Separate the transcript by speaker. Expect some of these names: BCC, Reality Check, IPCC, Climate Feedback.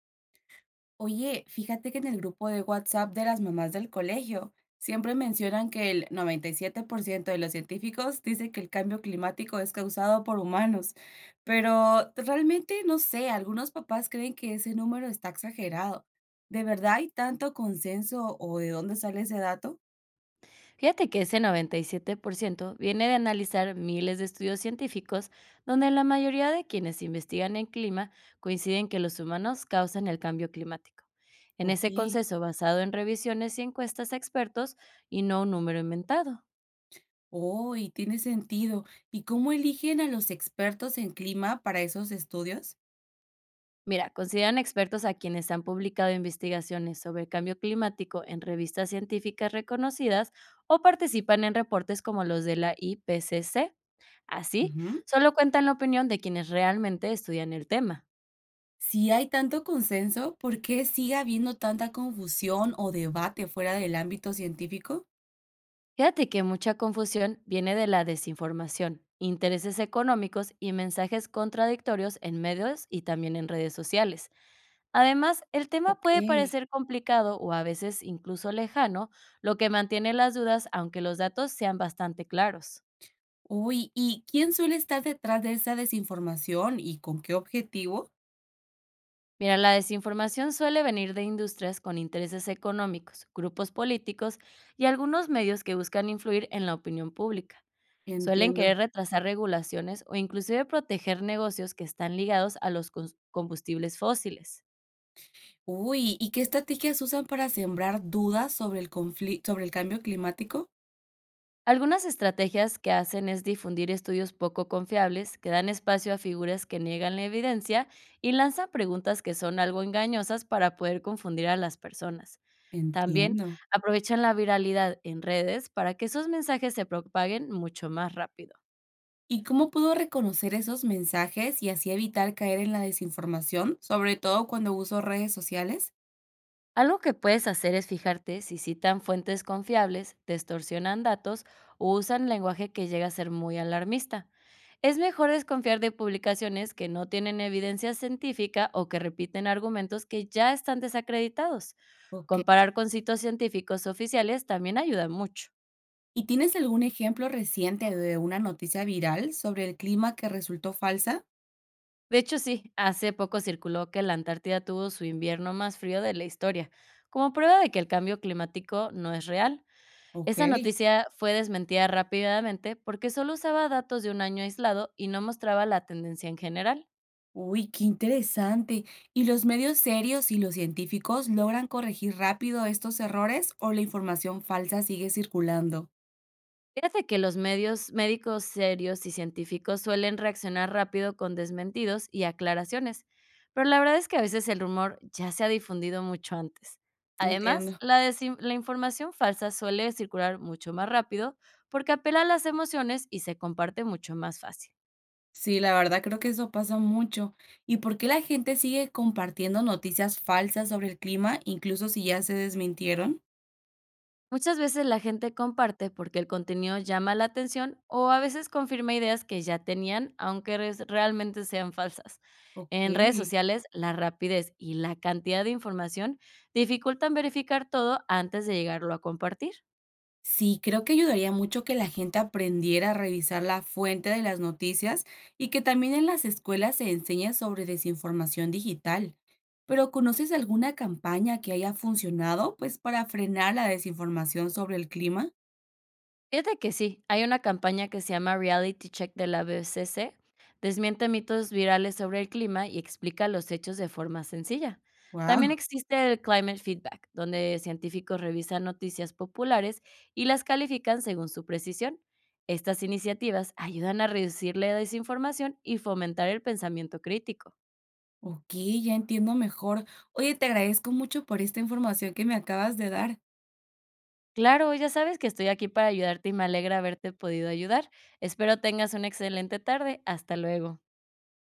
Speaker 1: Oye, fíjate que en el grupo de WhatsApp de las mamás del colegio siempre mencionan que el 97% de los científicos dice que el cambio climático es causado por humanos, pero realmente no sé, algunos papás creen que ese número está exagerado. ¿De verdad hay tanto consenso o de dónde sale ese dato?
Speaker 2: Fíjate que ese 97% viene de analizar miles de estudios científicos donde la mayoría de quienes investigan el clima coinciden que los humanos causan el cambio climático. En
Speaker 1: Ok,
Speaker 2: ese consenso basado en revisiones y encuestas a expertos y no un número inventado.
Speaker 1: oh, y tiene sentido. ¿Y cómo eligen a los expertos en clima para esos estudios?
Speaker 2: Mira, consideran expertos a quienes han publicado investigaciones sobre el cambio climático en revistas científicas reconocidas o participan en reportes como los de la IPCC. Así, solo cuentan la opinión de quienes realmente estudian el tema.
Speaker 1: Si hay tanto consenso, ¿por qué sigue habiendo tanta confusión o debate fuera del ámbito científico?
Speaker 2: Fíjate que mucha confusión viene de la desinformación, intereses económicos y mensajes contradictorios en medios y también en redes sociales. Además, el tema
Speaker 1: Ok.
Speaker 2: puede parecer complicado o a veces incluso lejano, lo que mantiene las dudas aunque los datos sean bastante claros.
Speaker 1: Uy, ¿y quién suele estar detrás de esa desinformación y con qué objetivo?
Speaker 2: Mira, la desinformación suele venir de industrias con intereses económicos, grupos políticos y algunos medios que buscan influir en la opinión pública. Suelen
Speaker 1: Entiendo.
Speaker 2: querer retrasar regulaciones o inclusive proteger negocios que están ligados a los combustibles fósiles.
Speaker 1: Uy, ¿y qué estrategias usan para sembrar dudas sobre el conflicto, sobre el cambio climático?
Speaker 2: Algunas estrategias que hacen es difundir estudios poco confiables, que dan espacio a figuras que niegan la evidencia y lanzan preguntas que son algo engañosas para poder confundir a las personas. También
Speaker 1: Entiendo.
Speaker 2: aprovechan la viralidad en redes para que esos mensajes se propaguen mucho más rápido.
Speaker 1: ¿Y cómo puedo reconocer esos mensajes y así evitar caer en la desinformación, sobre todo cuando uso redes sociales?
Speaker 2: Algo que puedes hacer es fijarte si citan fuentes confiables, distorsionan datos o usan lenguaje que llega a ser muy alarmista. Es mejor desconfiar de publicaciones que no tienen evidencia científica o que repiten argumentos que ya están desacreditados.
Speaker 1: Ok.
Speaker 2: Comparar con sitios científicos oficiales también ayuda mucho.
Speaker 1: ¿Y tienes algún ejemplo reciente de una noticia viral sobre el clima que resultó falsa?
Speaker 2: De hecho, sí, hace poco circuló que la Antártida tuvo su invierno más frío de la historia, como prueba de que el cambio climático no es real.
Speaker 1: Ok.
Speaker 2: Esa noticia fue desmentida rápidamente porque solo usaba datos de un año aislado y no mostraba la tendencia en general.
Speaker 1: Uy, qué interesante. ¿Y los medios serios y los científicos logran corregir rápido estos errores o la información falsa sigue circulando?
Speaker 2: Fíjate que los medios médicos serios y científicos suelen reaccionar rápido con desmentidos y aclaraciones, pero la verdad es que a veces el rumor ya se ha difundido mucho antes. Además,
Speaker 1: Entiendo.
Speaker 2: la información falsa suele circular mucho más rápido porque apela a las emociones y se comparte mucho más fácil.
Speaker 1: Sí, la verdad creo que eso pasa mucho. ¿Y por qué la gente sigue compartiendo noticias falsas sobre el clima, incluso si ya se desmintieron?
Speaker 2: Muchas veces la gente comparte porque el contenido llama la atención o a veces confirma ideas que ya tenían, aunque realmente sean falsas.
Speaker 1: Ok.
Speaker 2: En redes sociales, la rapidez y la cantidad de información dificultan verificar todo antes de llegarlo a compartir.
Speaker 1: Sí, creo que ayudaría mucho que la gente aprendiera a revisar la fuente de las noticias y que también en las escuelas se enseñe sobre desinformación digital. Pero ¿conoces alguna campaña que haya funcionado, pues, para frenar la desinformación sobre el clima?
Speaker 2: Fíjate que sí, hay una campaña que se llama Reality Check de la BCC, desmiente mitos virales sobre el clima y explica los hechos de forma sencilla. También
Speaker 1: Wow,
Speaker 2: existe el Climate Feedback, donde científicos revisan noticias populares y las califican según su precisión. Estas iniciativas ayudan a reducir la desinformación y fomentar el pensamiento crítico.
Speaker 1: ok, ya entiendo mejor. Oye, te agradezco mucho por esta información que me acabas de dar.
Speaker 2: Claro, ya sabes que estoy aquí para ayudarte y me alegra haberte podido ayudar. Espero tengas una excelente tarde. Hasta luego.